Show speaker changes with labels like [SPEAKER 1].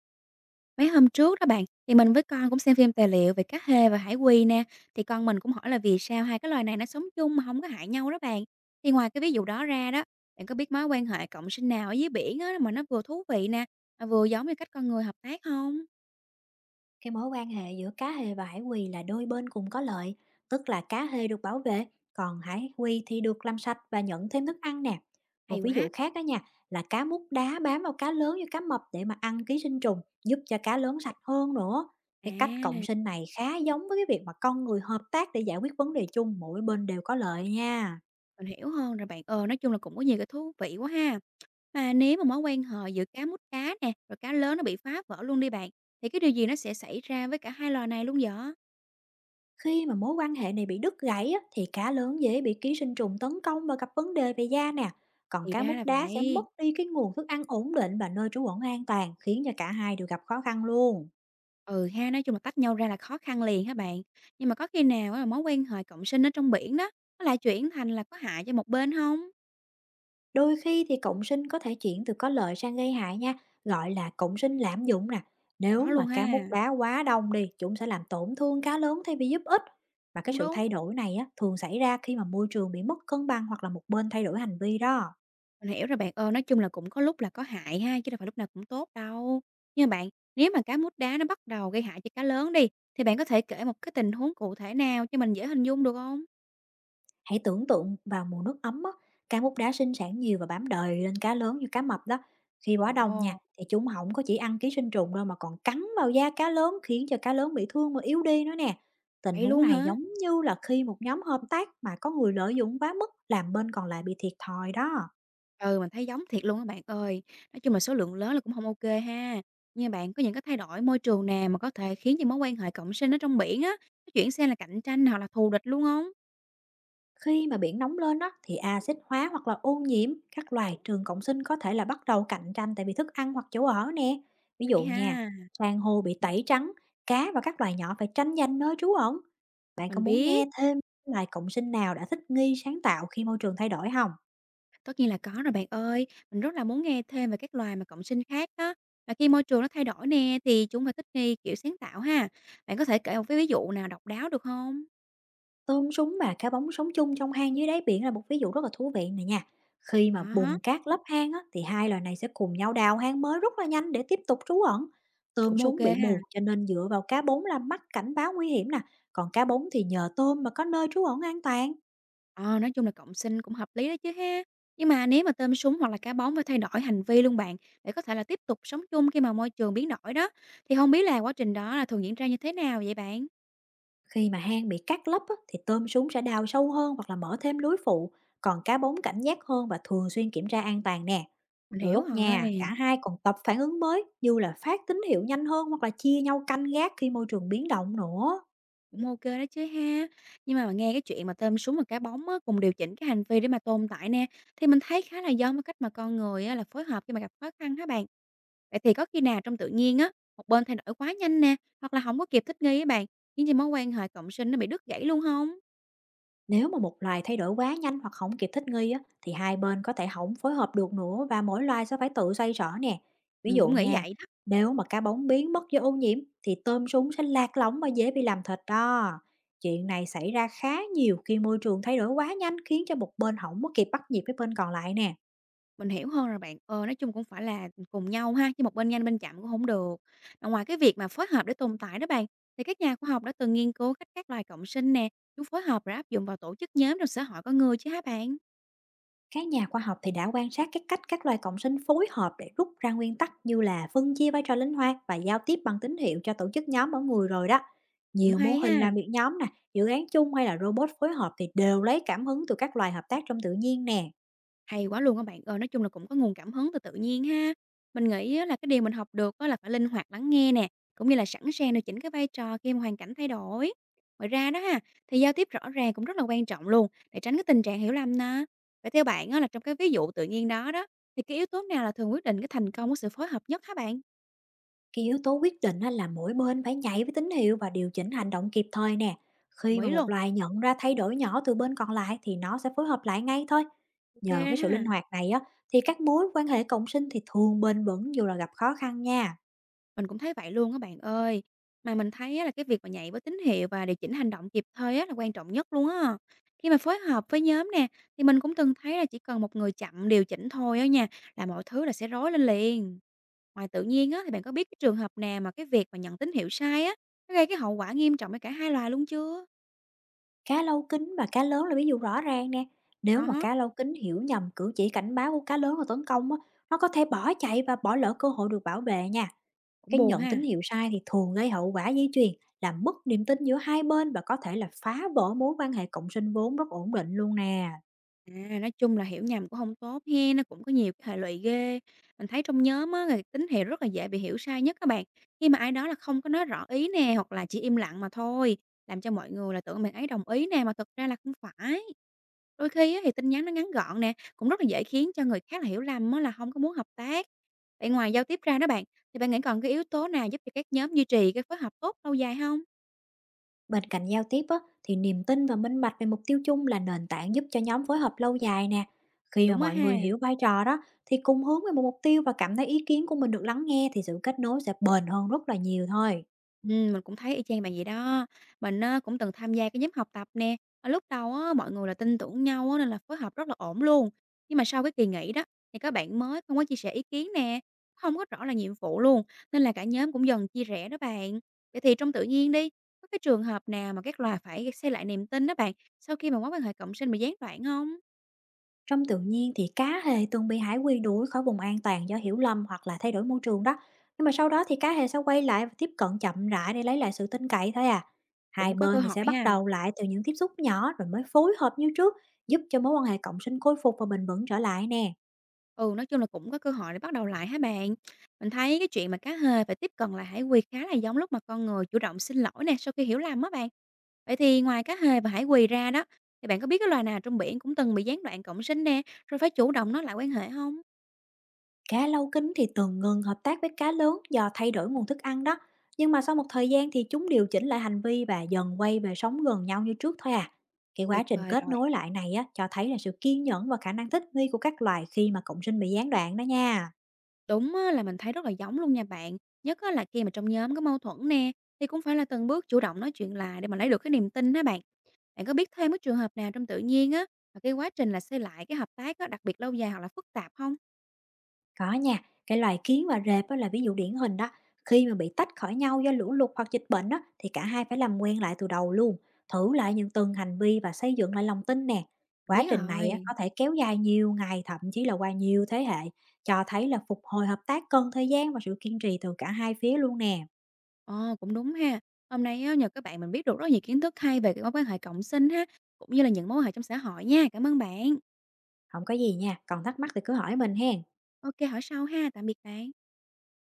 [SPEAKER 1] Mấy hôm trước đó bạn, thì mình với con cũng xem phim tài liệu về cá hê và hải quỳ nè, thì con mình cũng hỏi là vì sao hai cái loài này nó sống chung mà không có hại nhau đó bạn. Thì ngoài cái ví dụ đó ra đó, bạn có biết mối quan hệ cộng sinh nào ở dưới biển á mà nó vừa thú vị nè, mà vừa giống như cách con người hợp tác không?
[SPEAKER 2] Cái mối quan hệ giữa cá hề và hải quỳ là đôi bên cùng có lợi, tức là cá hề được bảo vệ, còn hải quỳ thì được làm sạch và nhận thêm thức ăn nè. Một
[SPEAKER 1] Hay
[SPEAKER 2] ví
[SPEAKER 1] quá.
[SPEAKER 2] dụ khác đó nha, là cá mút đá bám vào cá lớn và cá mập để mà ăn ký sinh trùng, giúp cho cá lớn sạch hơn nữa.
[SPEAKER 1] À,
[SPEAKER 2] Cái cách cộng sinh này khá giống với cái việc mà con người hợp tác để giải quyết vấn đề chung, mỗi bên đều có lợi nha.
[SPEAKER 1] mình hiểu hơn rồi bạn. Ờ, nói chung là cũng có nhiều cái thú vị quá ha. Mà nếu mà mối quan hệ giữa cá mút cá nè, rồi cá lớn nó bị phá vỡ luôn đi bạn, thì cái điều gì nó sẽ xảy ra với cả hai loài này luôn vậy?
[SPEAKER 2] Khi mà mối quan hệ này bị đứt gãy á, thì cá lớn dễ bị ký sinh trùng tấn công và gặp vấn đề về da nè. Còn
[SPEAKER 1] Thì
[SPEAKER 2] cá
[SPEAKER 1] ra
[SPEAKER 2] mút
[SPEAKER 1] là
[SPEAKER 2] đá sẽ
[SPEAKER 1] vậy.
[SPEAKER 2] mất đi cái nguồn thức ăn ổn định và nơi trú ẩn an toàn, khiến cho cả hai đều gặp khó khăn luôn.
[SPEAKER 1] Ừ ha, nói chung là tách nhau ra là khó khăn liền hả bạn? Nhưng mà có khi nào á là mối quan hệ cộng sinh ở trong biển đó, nó lại chuyển thành là có hại cho một bên không?
[SPEAKER 2] Đôi khi thì cộng sinh có thể chuyển từ có lợi sang gây hại nha, gọi là cộng sinh lạm dụng nè.
[SPEAKER 1] Có
[SPEAKER 2] Nếu
[SPEAKER 1] luôn
[SPEAKER 2] mà cá mút
[SPEAKER 1] ha,
[SPEAKER 2] đá quá đông đi, chúng sẽ làm tổn thương cá lớn thay vì giúp ích. Và cái
[SPEAKER 1] cũng
[SPEAKER 2] sự
[SPEAKER 1] đúng.
[SPEAKER 2] thay đổi này á, thường xảy ra khi mà môi trường bị mất cân bằng hoặc là một bên thay đổi hành vi đó.
[SPEAKER 1] Mình hiểu rồi bạn ơi, nói chung là cũng có lúc là có hại ha, chứ đâu phải lúc nào cũng tốt đâu. Nhưng mà bạn, nếu mà cá mút đá nó bắt đầu gây hại cho cá lớn đi, thì bạn có thể kể một cái tình huống cụ thể nào cho mình dễ hình dung được không?
[SPEAKER 2] Hãy tưởng tượng vào mùa nước ấm á, cá mút đá sinh sản nhiều và bám đời lên cá lớn như cá mập đó. Khi quá đông nha,
[SPEAKER 1] Ồ,
[SPEAKER 2] thì chúng không có chỉ ăn ký sinh trùng đâu, mà còn cắn vào da cá lớn, khiến cho cá lớn bị thương và yếu đi nữa nè. Tình
[SPEAKER 1] vậy
[SPEAKER 2] huống
[SPEAKER 1] luôn
[SPEAKER 2] này
[SPEAKER 1] hả?
[SPEAKER 2] giống như là khi một nhóm hợp tác mà có người lợi dụng quá mức, làm bên còn lại bị thiệt thòi đó.
[SPEAKER 1] Ừ, mình thấy giống thiệt luôn á bạn ơi. Nói chung là số lượng lớn là cũng không ok ha. Như bạn có những cái thay đổi môi trường nào mà có thể khiến cho mối quan hệ cộng sinh ở trong biển á, nó chuyển sang là cạnh tranh hoặc là thù địch luôn không?
[SPEAKER 2] Khi mà biển nóng lên á, thì axit hóa hoặc là ô nhiễm, các loài trường cộng sinh có thể là bắt đầu cạnh tranh tại vì thức ăn hoặc chỗ ở nè. Ví
[SPEAKER 1] Vậy
[SPEAKER 2] dụ nha,
[SPEAKER 1] ha,
[SPEAKER 2] san hô bị tẩy trắng, cá và các loài nhỏ phải tranh giành nơi trú ẩn. Bạn có
[SPEAKER 1] mình
[SPEAKER 2] muốn
[SPEAKER 1] biết,
[SPEAKER 2] nghe thêm loài cộng sinh nào đã thích nghi sáng tạo khi môi trường thay đổi không?
[SPEAKER 1] tất nhiên là có rồi bạn ơi. Mình rất là muốn nghe thêm về các loài mà cộng sinh khác đó mà khi môi trường nó thay đổi nè, thì chúng phải thích nghi kiểu sáng tạo ha. Bạn có thể kể một cái ví dụ nào độc đáo được không?
[SPEAKER 2] Tôm súng và cá bóng sống chung trong hang dưới đáy biển là một ví dụ rất là thú vị này nha. Khi mà bùn
[SPEAKER 1] À
[SPEAKER 2] cát lấp hang á, thì hai loài này sẽ cùng nhau đào hang mới rất là nhanh để tiếp tục trú ẩn. Tôm
[SPEAKER 1] cũng ok
[SPEAKER 2] súng bị
[SPEAKER 1] ha.
[SPEAKER 2] mù, cho nên dựa vào cá bóng làm mắt cảnh báo nguy hiểm nè. Còn cá bóng thì nhờ tôm mà có nơi trú ẩn an toàn.
[SPEAKER 1] Ờ, nói chung là cộng sinh cũng hợp lý đó chứ ha. Nhưng mà nếu mà tôm súng hoặc là cá bóng phải thay đổi hành vi luôn bạn, để có thể là tiếp tục sống chung khi mà môi trường biến đổi đó, thì không biết là quá trình đó là thường diễn ra như thế nào vậy bạn?
[SPEAKER 2] Khi mà hang bị cát lấp á, thì tôm súng sẽ đào sâu hơn hoặc là mở thêm lối phụ. Còn cá bóng cảnh giác hơn và thường xuyên kiểm tra an toàn nè.
[SPEAKER 1] Mình
[SPEAKER 2] Đôi
[SPEAKER 1] hiểu
[SPEAKER 2] lúc nha, cả
[SPEAKER 1] rồi,
[SPEAKER 2] hai còn tập phản ứng mới, như là phát tín hiệu nhanh hơn hoặc là chia nhau canh gác khi môi trường biến động nữa.
[SPEAKER 1] cũng ok kê đó chứ ha. Nhưng mà nghe cái chuyện mà tôm súng và cá bóng á, cùng điều chỉnh cái hành vi để mà tồn tại nè, thì mình thấy khá là giống với cách mà con người á, là phối hợp khi mà gặp khó khăn há bạn. Vậy thì có khi nào trong tự nhiên á, một bên thay đổi quá nhanh nè, hoặc là không có kịp thích nghi á bạn, khiến cho mối quan hệ cộng sinh nó bị đứt gãy luôn không?
[SPEAKER 2] Nếu mà một loài thay đổi quá nhanh hoặc không kịp thích nghi á, thì hai bên có thể không phối hợp được nữa, và mỗi loài sẽ phải tự xoay sở nè. Ví
[SPEAKER 1] Mình
[SPEAKER 2] dụ
[SPEAKER 1] cũng nghĩ
[SPEAKER 2] nha,
[SPEAKER 1] vậy đó,
[SPEAKER 2] nếu mà cá bóng biến mất do ô nhiễm, thì tôm súng sẽ lạc lõng và dễ bị làm thịt đó. Chuyện này xảy ra khá nhiều khi môi trường thay đổi quá nhanh, khiến cho một bên không có kịp bắt nhịp với bên còn lại nè.
[SPEAKER 1] mình hiểu hơn rồi bạn. Ờ, nói chung cũng phải là cùng nhau ha, chứ một bên nhanh bên chậm cũng không được. Mà ngoài cái việc mà phối hợp để tồn tại đó bạn, thì các nhà khoa học đã từng nghiên cứu cách các loài cộng sinh nè, chúng phối hợp rồi áp dụng vào tổ chức nhóm trong xã hội con người chứ hả bạn?
[SPEAKER 2] Các nhà khoa học thì đã quan sát cái cách các loài cộng sinh phối hợp, để rút ra nguyên tắc như là phân chia vai trò linh hoạt và giao tiếp bằng tín hiệu cho tổ chức nhóm mỗi người rồi đó.
[SPEAKER 1] Cũng
[SPEAKER 2] Nhiều mô
[SPEAKER 1] hay
[SPEAKER 2] hình
[SPEAKER 1] ha.
[SPEAKER 2] làm việc nhóm nè, dự án chung hay là robot phối hợp thì đều lấy cảm hứng từ các loài hợp tác trong tự nhiên nè.
[SPEAKER 1] Hay quá luôn các bạn ơi, nói chung là cũng có nguồn cảm hứng từ tự nhiên ha. Mình nghĩ á là cái điều mình học được á là phải linh hoạt lắng nghe nè, cũng như là sẵn sàng điều chỉnh cái vai trò khi mà hoàn cảnh thay đổi. Ngoài ra đó ha, thì giao tiếp rõ ràng cũng rất là quan trọng luôn để tránh cái tình trạng hiểu lầm nè. Vậy theo bạn á là trong cái ví dụ tự nhiên đó đó thì cái yếu tố nào là thường quyết định cái thành công của sự phối hợp nhất hả bạn?
[SPEAKER 2] Cái yếu tố quyết định á là mỗi bên phải nhảy với tín hiệu và điều chỉnh hành động kịp thời nè.
[SPEAKER 1] Đồng
[SPEAKER 2] Khi mà
[SPEAKER 1] ý
[SPEAKER 2] một
[SPEAKER 1] luôn.
[SPEAKER 2] loài nhận ra thay đổi nhỏ từ bên còn lại, thì nó sẽ phối hợp lại ngay thôi.
[SPEAKER 1] Ok
[SPEAKER 2] Nhờ cái sự
[SPEAKER 1] ha.
[SPEAKER 2] linh hoạt này á, thì các mối quan hệ cộng sinh thì thường bền vững dù là gặp khó khăn nha.
[SPEAKER 1] Mình cũng thấy vậy luôn á bạn ơi. Mà mình thấy á là cái việc mà nhạy với tín hiệu và điều chỉnh hành động kịp thời á là quan trọng nhất luôn á. Khi mà phối hợp với nhóm nè, thì mình cũng từng thấy là chỉ cần một người chậm điều chỉnh thôi á nha, là mọi thứ là sẽ rối lên liền. Ngoài tự nhiên á, thì bạn có biết cái trường hợp nào mà cái việc mà nhận tín hiệu sai á, nó gây cái hậu quả nghiêm trọng cho cả hai loài luôn chưa?
[SPEAKER 2] Cá lâu kính và cá lớn là ví dụ rõ ràng nè.
[SPEAKER 1] Ờ
[SPEAKER 2] Nếu mà cá lâu kính hiểu nhầm cử chỉ cảnh báo của cá lớn và tấn công á, nó có thể bỏ chạy và bỏ lỡ cơ hội được bảo vệ nha.
[SPEAKER 1] cũng
[SPEAKER 2] Cái
[SPEAKER 1] buồn
[SPEAKER 2] nhận
[SPEAKER 1] ha.
[SPEAKER 2] tín hiệu sai thì thường gây hậu quả dây chuyền, làm mất niềm tin giữa hai bên và có thể là phá vỡ mối quan hệ cộng sinh vốn rất ổn định luôn nè.
[SPEAKER 1] À, nói chung là hiểu nhầm cũng không tốt he nó cũng có nhiều cái hệ lụy ghê. Mình thấy trong nhóm á là tín hiệu rất là dễ bị hiểu sai nhất các bạn, khi mà ai đó là không có nói rõ ý nè, hoặc là chỉ im lặng mà thôi, làm cho mọi người là tưởng bạn ấy đồng ý nè, mà thực ra là không phải. Đôi khi á thì tin nhắn nó ngắn gọn nè, cũng rất là dễ khiến cho người khác là hiểu lầm á là không có muốn hợp tác. Vậy ngoài giao tiếp ra đó bạn, thì bạn nghĩ còn cái yếu tố nào giúp cho các nhóm duy trì cái phối hợp tốt lâu dài không?
[SPEAKER 2] Bên cạnh giao tiếp á, thì niềm tin và minh bạch về mục tiêu chung là nền tảng giúp cho nhóm phối hợp lâu dài nè. Khi mà
[SPEAKER 1] Đúng á
[SPEAKER 2] mọi
[SPEAKER 1] ha.
[SPEAKER 2] người hiểu vai trò đó, thì cùng hướng về một mục tiêu và cảm thấy ý kiến của mình được lắng nghe, thì sự kết nối sẽ bền hơn rất là nhiều thôi.
[SPEAKER 1] Mình cũng thấy y chang bạn vậy đó. Mình á cũng từng tham gia cái nhóm học tập nè, ở lúc đầu á, mọi người là tin tưởng nhau á, nên là phối hợp rất là ổn luôn. Nhưng mà sau cái kỳ nghỉ đó, thì các bạn mới không có chia sẻ ý kiến nè, không có rõ là nhiệm vụ luôn, nên là cả nhóm cũng dần chia rẽ đó bạn. Vậy thì trong tự nhiên đi, có cái trường hợp nào mà các loài phải xây lại niềm tin đó bạn, sau khi mà mối quan hệ cộng sinh bị gián đoạn không?
[SPEAKER 2] Trong tự nhiên thì cá hề từng bị hải quy đuổi khỏi vùng an toàn do hiểu lầm hoặc là thay đổi môi trường đó. Nhưng mà sau đó thì cá hề sẽ quay lại và tiếp cận chậm rãi để lấy lại sự tin cậy thôi à. Hai
[SPEAKER 1] Cũng có cơ
[SPEAKER 2] bên thì
[SPEAKER 1] hội
[SPEAKER 2] sẽ bắt
[SPEAKER 1] ha.
[SPEAKER 2] đầu lại từ những tiếp xúc nhỏ rồi mới phối hợp như trước, giúp cho mối quan hệ cộng sinh khôi phục và bền vững trở lại nè.
[SPEAKER 1] Ừ, nói chung là cũng có cơ hội để bắt đầu lại hả bạn? Mình thấy cái chuyện mà cá hề phải tiếp cận lại hải quỳ khá là giống lúc mà con người chủ động xin lỗi nè, sau khi hiểu lầm á bạn. Vậy thì ngoài cá hề và hải quỳ ra đó, thì bạn có biết cái loài nào trong biển cũng từng bị gián đoạn cộng sinh nè, rồi phải chủ động nối lại quan hệ không?
[SPEAKER 2] Cá lâu kính thì từng ngừng hợp tác với cá lớn do thay đổi nguồn thức ăn đó, nhưng mà sau một thời gian thì chúng điều chỉnh lại hành vi và dần quay về sống gần nhau như trước thôi à. Cái quá
[SPEAKER 1] Tuyệt
[SPEAKER 2] trình
[SPEAKER 1] vời
[SPEAKER 2] kết
[SPEAKER 1] rồi.
[SPEAKER 2] nối lại này á, cho thấy là sự kiên nhẫn và khả năng thích nghi của các loài khi mà cộng sinh bị gián đoạn đó nha.
[SPEAKER 1] Đúng á, là mình thấy rất là giống luôn nha bạn. Nhất á, là khi mà trong nhóm có mâu thuẫn nè, thì cũng phải là từng bước chủ động nói chuyện lại để mà lấy được cái niềm tin á bạn. Bạn có biết thêm cái trường hợp nào trong tự nhiên á, mà cái quá trình là xây lại cái hợp tác á, đặc biệt lâu dài hoặc là phức tạp không?
[SPEAKER 2] Có nha, cái loài kiến và rệp đó là ví dụ điển hình đó. Khi mà bị tách khỏi nhau do lũ lụt hoặc dịch bệnh đó, thì cả hai phải làm quen lại từ đầu luôn, thử lại những từng hành vi và xây dựng lại lòng tin nè.
[SPEAKER 1] Mình
[SPEAKER 2] Quá
[SPEAKER 1] biết
[SPEAKER 2] trình này á,
[SPEAKER 1] rồi.
[SPEAKER 2] có thể kéo dài nhiều ngày, thậm chí là qua nhiều thế hệ, cho thấy là phục hồi hợp tác cần thời gian và sự kiên trì từ cả hai phía luôn nè.
[SPEAKER 1] Ờ, Cũng đúng ha. Hôm nay á, nhờ các bạn mình biết được rất nhiều kiến thức hay về cái mối quan hệ cộng sinh ha, cũng như là những mối quan hệ trong xã hội nha. Cảm ơn bạn.
[SPEAKER 2] Không có gì nha, còn thắc mắc thì cứ hỏi mình hen.
[SPEAKER 1] Ok, hỏi sau ha. Tạm biệt bạn.